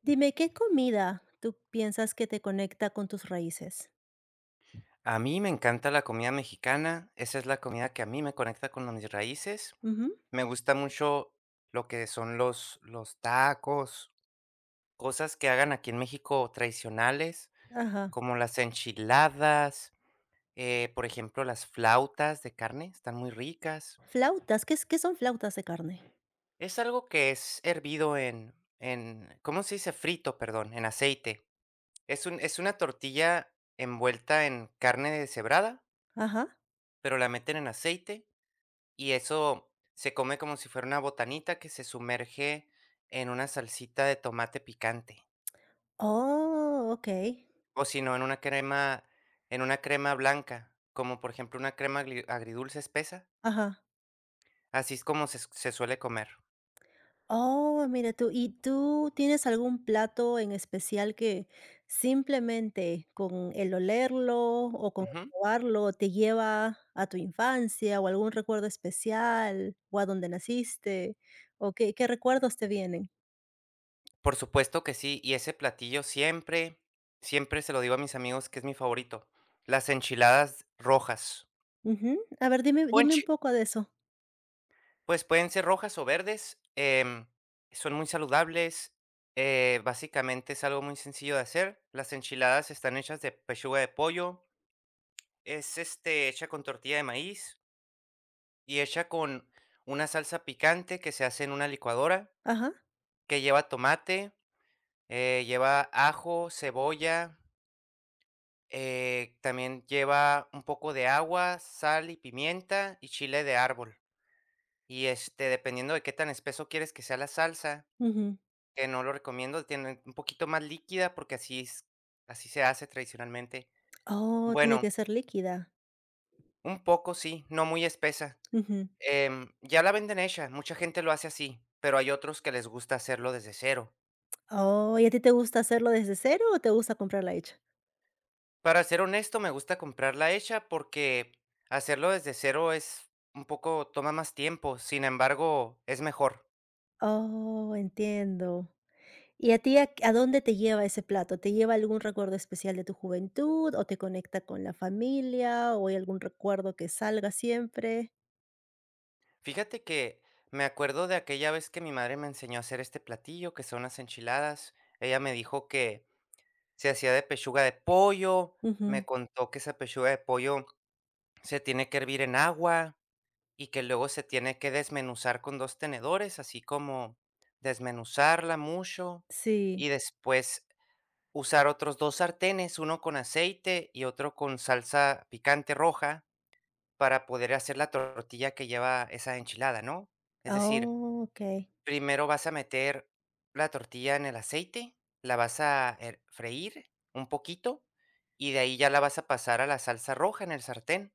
Dime, ¿qué comida tú piensas que te conecta con tus raíces? A mí me encanta la comida mexicana, esa es la comida que a mí me conecta con mis raíces. Ujú, Me gusta mucho lo que son los tacos, cosas que hagan aquí en México tradicionales, ajá. como las enchiladas, por ejemplo, las flautas de carne, están muy ricas. Flautas, ¿qué son flautas de carne? Es algo que es hervido en, ¿cómo se dice? Frito, perdón, en aceite. Es una tortilla envuelta en carne deshebrada, Ajá. pero la meten en aceite. Y eso se come como si fuera una botanita que se sumerge en una salsita de tomate picante, Oh, okey. o si no, en una crema blanca, como por ejemplo una crema agridulce espesa, Ajá. así es como se suele comer. Oh, mira tú. ¿Y tú tienes algún plato en especial que simplemente con el olerlo o con Ujú. probarlo te lleva a tu infancia o algún recuerdo especial o a donde naciste? ¿O qué recuerdos te vienen? Por supuesto que sí, y ese platillo siempre, siempre se lo digo a mis amigos que es mi favorito, las enchiladas rojas. Ujú. A ver, dime un poco de eso. Pues pueden ser rojas o verdes, son muy saludables, básicamente es algo muy sencillo de hacer. Las enchiladas están hechas de pechuga de pollo, es este, hecha con tortilla de maíz y hecha con una salsa picante que se hace en una licuadora, Ajá. que lleva tomate, lleva ajo, cebolla, también lleva un poco de agua, sal y pimienta y chile de árbol. Y este, dependiendo de qué tan espeso quieres que sea la salsa, Ujú. que no lo recomiendo, tiene un poquito más líquida porque así se hace tradicionalmente. Oh, tiene Bueno, que ser líquida. un poco sí, no muy espesa. Ujú. Ya la venden hecha, mucha gente lo hace así, pero hay otros que les gusta hacerlo desde cero. Oh, ¿y a ti te gusta hacerlo desde cero o te gusta comprarla hecha? Para ser honesto, me gusta comprarla hecha porque hacerlo desde cero es un poco toma más tiempo, sin embargo, es mejor. Oh, entiendo. ¿Y a ti a dónde te lleva ese plato? ¿Te lleva algún recuerdo especial de tu juventud o te conecta con la familia o hay algún recuerdo que salga siempre? Fíjate que me acuerdo de aquella vez que mi madre me enseñó a hacer este platillo, que son las enchiladas. Ella me dijo que se hacía de pechuga de pollo, me Ujú. contó que esa pechuga de pollo se tiene que hervir en agua y que luego se tiene que desmenuzar con 2 tenedores, así como desmenuzarla mucho, Sí. y después usar otros 2 sartenes, uno con aceite y otro con salsa picante roja, para poder hacer la tortilla que lleva esa enchilada, ¿no? Es decir, Oh, ok. primero vas a meter la tortilla en el aceite, la vas a her freír un poquito, y de ahí ya la vas a pasar a la salsa roja en el sartén,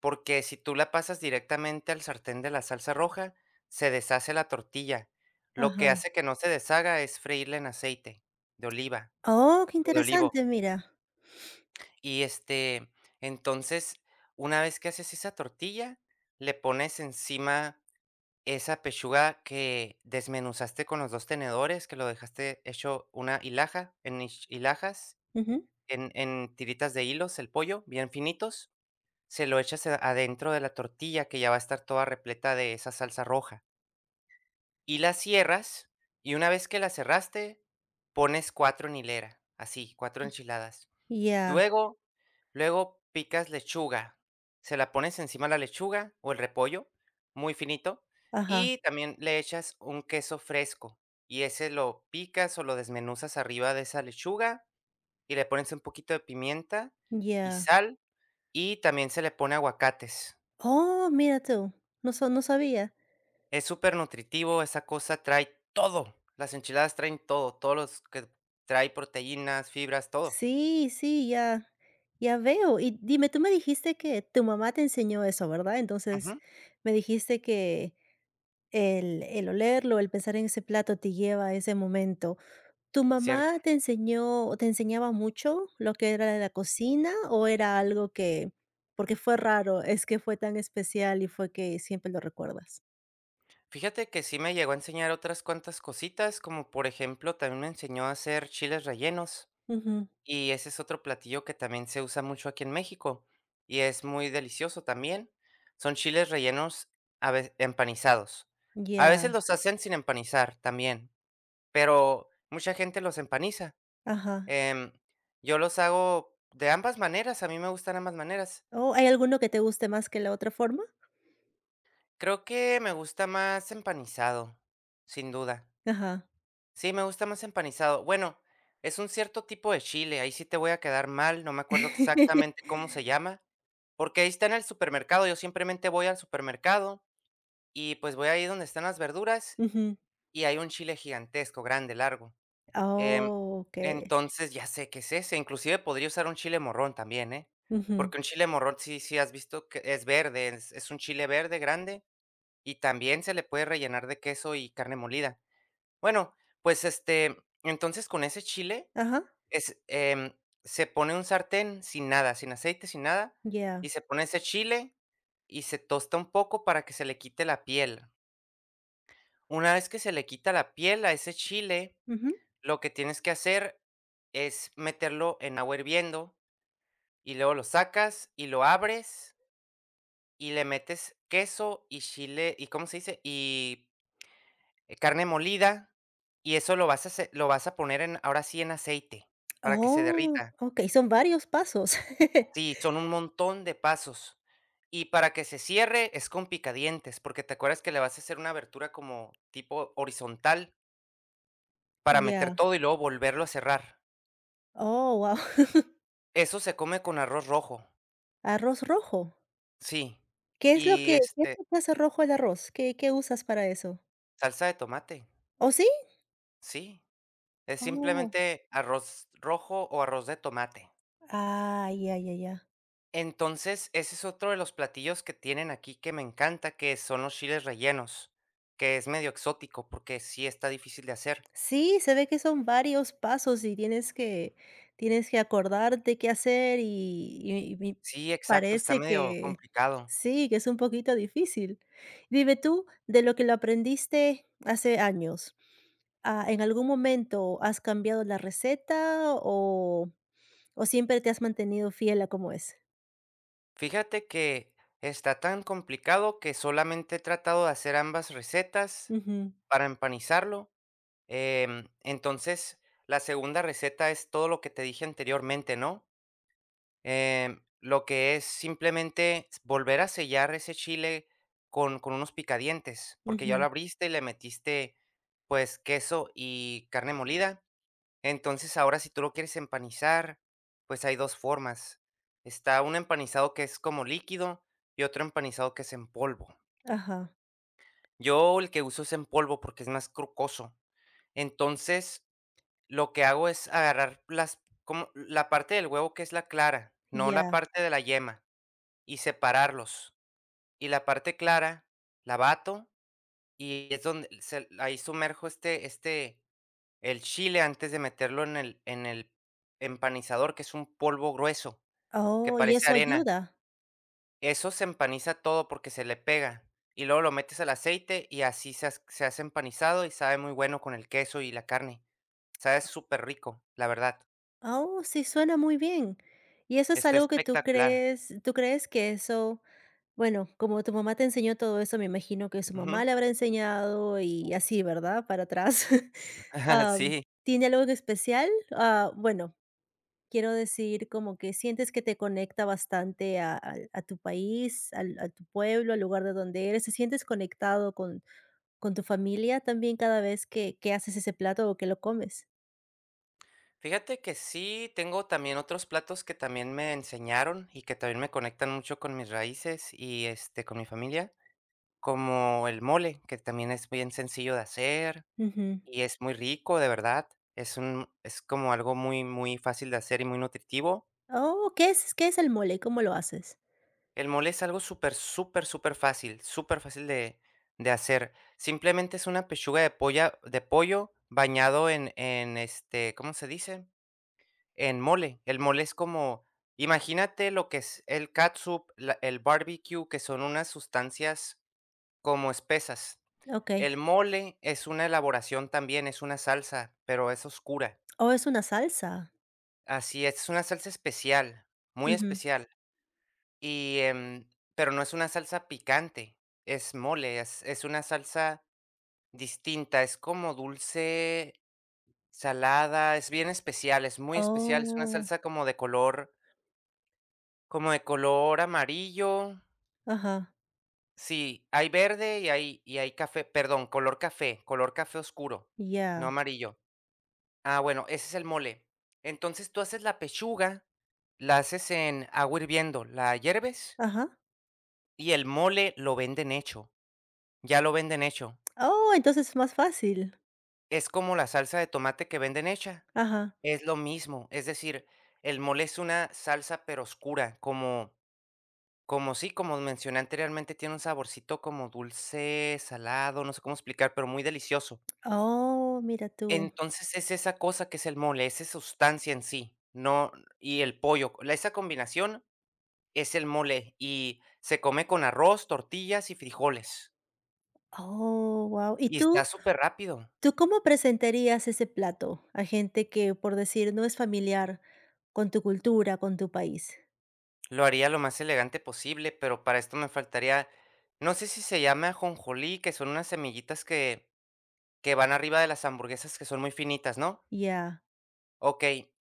porque si tú la pasas directamente al sartén de la salsa roja, se deshace la tortilla. Lo que Ajá. hace que no se deshaga es freírla en aceite de oliva Oh, qué o de olivo. interesante, mira. Y, este, entonces, una vez que haces esa tortilla, le pones encima esa pechuga que desmenuzaste con los 2 tenedores, que lo dejaste hecho una hilaja en hich hilajas, Ujú. en tiritas de hilos, el pollo, bien finitos, se lo echas a adentro de la tortilla, que ya va a estar toda repleta de esa salsa roja, y la cierras, y una vez que la cerraste, pones 4 en hilera, así, 4 enchiladas. Ya, Luego Luego picas lechuga, se la pones encima de la lechuga o el repollo, muy finito, ajá, y también le echas un queso fresco, y ese lo picas o lo desmenuzas arriba de esa lechuga, y le pones un poquito de pimienta y ya. sal, y también se le pone aguacates. Oh, mira tú, no, no sabía. Es súper nutritivo, esa cosa trae todo. Las enchiladas traen todo, todos los que trae proteínas, fibras, todo. Sí, sí, ya, ya veo. Y dime, tú me dijiste que tu mamá te enseñó eso, ¿verdad? Entonces, Ujú. me dijiste que el olerlo, el pensar en ese plato te lleva a ese momento. ¿Tu Cierto. mamá te enseñó o te enseñaba mucho lo que era de la cocina o era algo que, porque fue raro, es que fue tan especial y fue que siempre lo recuerdas? Fíjate que sí me llegó a enseñar otras cuantas cositas, como por ejemplo, también me enseñó a hacer chiles rellenos, Ujú, y ese es otro platillo que también se usa mucho aquí en México, y es muy delicioso también. Son chiles rellenos empanizados. A veces ya, los hacen sin empanizar también, pero mucha gente los empaniza. ajá. Em, yo los hago de ambas maneras, a mí me gustan ambas maneras. ¿O hay alguno que te guste más que la otra forma? Creo que me gusta más empanizado, sin duda. Ajá. Sí, me gusta más empanizado. Bueno, es un cierto tipo de chile, ahí sí te voy a quedar mal, no me acuerdo exactamente cómo se llama, porque ahí está en el supermercado, yo simplemente voy al supermercado y pues voy ahí donde están las verduras Ujú. y hay un chile gigantesco, grande, largo. Em, Oh, okay. entonces ya sé qué es ese, inclusive podría usar un chile morrón también, ¿eh? Ujú. Porque un chile morrón, sí, sí, has visto que es verde, es un chile verde grande y también se le puede rellenar de queso y carne molida. Bueno, pues, este, entonces con ese chile Ajá. es, em, se pone un sartén sin nada, sin aceite, sin nada, Yeah. y se pone ese chile y se tosta un poco para que se le quite la piel. Una vez que se le quita la piel a ese chile, Ujú. lo que tienes que hacer es meterlo en agua hirviendo y luego lo sacas y lo abres y le metes queso y chile y, ¿cómo se dice? Y carne molida, y eso lo vas a poner en ahora sí, en aceite, para que se Oh, derrita. okay, son varios pasos. Sí, son un montón de pasos. Y para que se cierre, es con picadientes, porque, ¿te acuerdas que le vas a hacer una abertura como tipo horizontal para meter Yeah. todo y luego volverlo a cerrar? Oh, wow. Eso se come con arroz rojo, Arroz rojo. sí. ¿Qué es lo Y, que qué es este, lo que hace rojo el arroz? ¿Qué usas para eso? salsa de tomate, ¿O sí? sí. Es Oh. simplemente arroz rojo o arroz de tomate. Ah, ya, ya, ya. Entonces, ese es otro de los platillos que tienen aquí que me encanta, que son los chiles rellenos, que es medio exótico porque sí está difícil de hacer. Sí, se ve que son varios pasos y tienes que acordarte qué hacer y me Sí, exacto, está parece medio que complicado. sí, que es un poquito difícil. Dime tú, de lo que lo aprendiste hace años, ¿en algún momento has cambiado la receta o siempre te has mantenido fiel a cómo es? Fíjate que está tan complicado que solamente he tratado de hacer ambas recetas Ujú, para empanizarlo. Entonces, la segunda receta es todo lo que te dije anteriormente, ¿no? Lo que es simplemente s volver a sellar ese chile con unos picadientes, porque ya lo ujú, abriste y le metiste, pues, queso y carne molida. Entonces, ahora si tú lo quieres empanizar, pues, hay 2 formas. Está un empanizado que es como líquido y otro empanizado que es en polvo. ajá, Yo el que uso es en polvo porque es más crocoso. Entonces, lo que hago es agarrar las, como la parte del huevo que es la clara, no la ya. parte de la yema, y separarlos. Y la parte clara la bato y es donde se ahí sumerjo este el chile antes de meterlo en el empanizador, que es un polvo grueso que Oh, ¿y parece eso arena. ayuda? Eso se empaniza todo porque se le pega y luego lo metes al aceite y así se hace empanizado y sabe muy bueno con el queso y la carne. Sabe súper rico, la verdad. Ah, oh, sí, suena muy bien. ¿Y eso es Está algo que espectacular. Tú crees que eso, bueno, como tu mamá te enseñó todo eso, me imagino que su Ujú. mamá le habrá enseñado y así, ¿verdad? Para atrás. Am, Sí. ¿tiene algo en especial? Ah, bueno, quiero decir, como que sientes que te conecta bastante a, a tu país, a tu pueblo, al lugar de donde eres. ¿Te sientes conectado con tu familia también cada vez que haces ese plato o que lo comes? Fíjate que sí, tengo también otros platos que también me enseñaron y que también me conectan mucho con mis raíces y, este, con mi familia, como el mole, que también es bien sencillo de hacer Ujú. y es muy rico, de verdad. Es como algo muy, muy fácil de hacer y muy nutritivo. Oh, ¿qué es el mole? ¿Cómo lo haces? El mole es algo súper, súper, superfácil, fácil súper fácil de hacer. Simplemente es una pechuga de polla de pollo bañado en, este, ¿cómo se dice? En mole, el mole es como, imagínate lo que es el catsup, la el barbecue, que son unas sustancias como espesas. Okey. El mole es una elaboración también, es una salsa, pero es oscura. Oh, es una salsa. Así es una salsa especial, muy Ujú. especial. Y, em, pero no es una salsa picante, es mole, es una salsa distinta, es como dulce, salada, es bien especial, es muy especial, es una Oh, salsa como de color, como de color amarillo. ajá, Sí, hay verde y hay café, perdón, color café oscuro, no ya, amarillo. Ah, bueno, ese es el mole. Entonces, tú haces la pechuga, la haces en agua hirviendo, la hierves ajá. y el mole lo venden hecho, ya lo venden hecho. Oh, entonces es más fácil. Es como la salsa de tomate que venden hecha, Ajá. es lo mismo, es decir, el mole es una salsa, pero oscura, como, como sí, como mencioné anteriormente, tiene un saborcito como dulce, salado, no sé cómo explicar, pero muy delicioso. Oh, mira tú. Entonces, es esa cosa que es el mole, esa sustancia en sí, no, y el pollo, la esa combinación es el mole, y se come con arroz, tortillas y frijoles, Oh, guau. ¿Y y está tú súper rápido. tú cómo presentarías ese plato a gente que, por decir, no es familiar con tu cultura, con tu país? Lo haría lo más elegante posible, pero para esto me faltaría, no sé si se llama ajonjolí, que son unas semillitas que van arriba de las hamburguesas que son muy finitas, ¿no? Ya, Okey.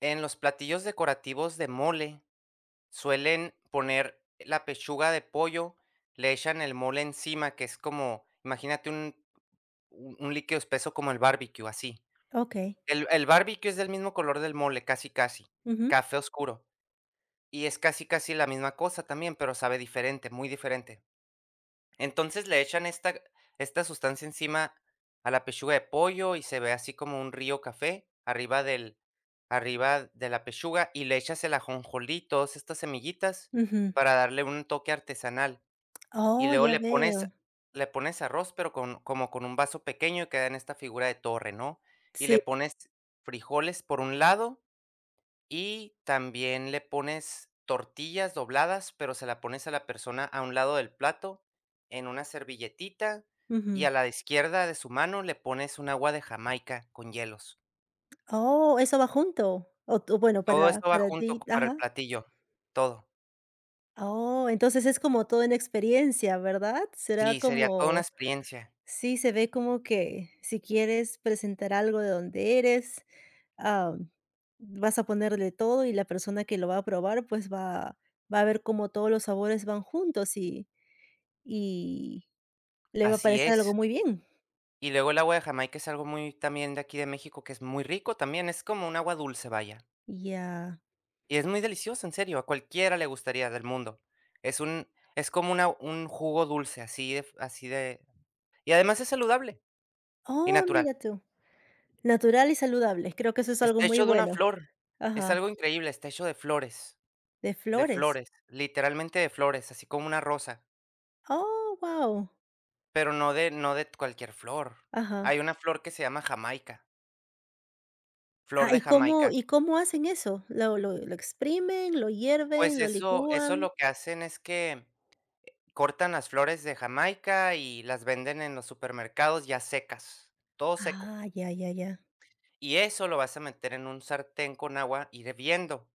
En los platillos decorativos de mole suelen poner la pechuga de pollo, le echan el mole encima, que es como, imagínate un líquido espeso como el barbecue, así. okey. El barbecue es del mismo color del mole, casi casi, Ujú, café oscuro. Y es casi casi la misma cosa también, pero sabe diferente, muy diferente. Entonces le echan esta sustancia encima a la pechuga de pollo y se ve así como un río café arriba de la pechuga y le echas el ajonjolí, todas estas semillitas ujú. para darle un toque artesanal. Y Oh, luego ya le pones veo. le pones arroz, pero con, como con un vaso pequeño, y queda en esta figura de torre, ¿no? Y Sí, le pones frijoles por un lado y también le pones tortillas dobladas, pero se la pones a la persona a un lado del plato, en una servilletita, y ujú. a la izquierda de su mano le pones un agua de Jamaica con hielos. Oh, eso va junto. O tú, bueno, Todo para eso va para junto ti co- Para el ajá. platillo, todo. Oh, entonces es como todo en experiencia, ¿verdad? Será Sí, sería toda una como experiencia. Sí, se ve como que si quieres presentar algo de donde eres, am, vas a ponerle todo y la persona que lo va a probar, pues, va a ver cómo todos los sabores van juntos y le va a Así parecer algo es. muy bien. Y luego el agua de Jamaica es algo muy también de aquí de México, que es muy rico también, es como un agua dulce, vaya. Ya. Y es muy delicioso, en serio, a cualquiera le gustaría del mundo. Es un es como una un jugo dulce, así de y además es saludable y Oh, natural. mira tú. Natural y saludable. Creo que eso es algo Está muy hecho de una bueno. flor, es Ajá. algo increíble, está hecho De de flores. flores, literalmente de flores, así como una rosa, Oh, guau. pero no, de no de cualquier flor. Ajá. Hay una flor que se llama jamaica, flor Ah, de ¿y cómo Jamaica. y cómo hacen eso? ¿Lo exprimen, lo hierven, Pues lo eso licúan? lo que hacen es que cortan las flores de Jamaica y las venden en los supermercados ya secas, todo seco. Ah, ya, ya, ya. Y eso lo vas a meter en un sartén con agua hirviendo,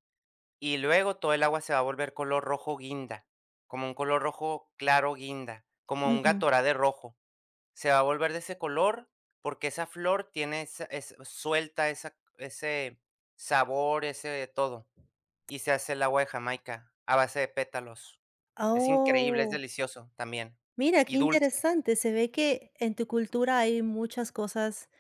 y luego todo el agua se va a volver color rojo guinda, como un color rojo claro guinda, como un Ujú. Gatorade rojo. Se va a volver de ese color porque esa flor tiene esa es suelta esa ese sabor, ese todo, y se hace el agua de Jamaica a base de pétalos. Es increíble, es Oh, delicioso también, mira, qué y dulce. interesante. Se ve que en tu cultura hay muchas cosas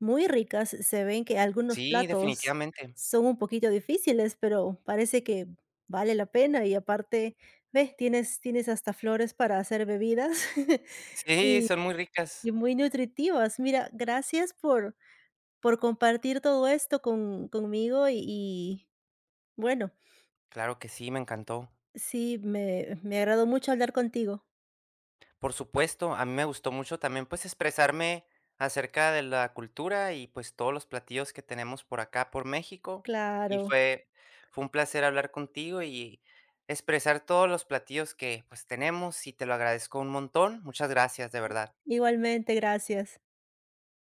muy ricas. Se ven que algunos Sí, platos definitivamente. son un poquito difíciles, pero parece que vale la pena y aparte, ves, tienes hasta flores para hacer bebidas Sí, y son muy ricas. y muy nutritivas. Mira, gracias por compartir todo esto conmigo y bueno, Claro que sí, me encantó. sí, me agradó mucho hablar contigo. Por supuesto, a mí me gustó mucho también, pues, expresarme acerca de la cultura y, pues, todos los platillos que tenemos por acá, por México, y Claro, fue un placer hablar contigo y expresar todos los platillos que, pues, tenemos, y te lo agradezco un montón. Muchas gracias, de verdad. igualmente, gracias.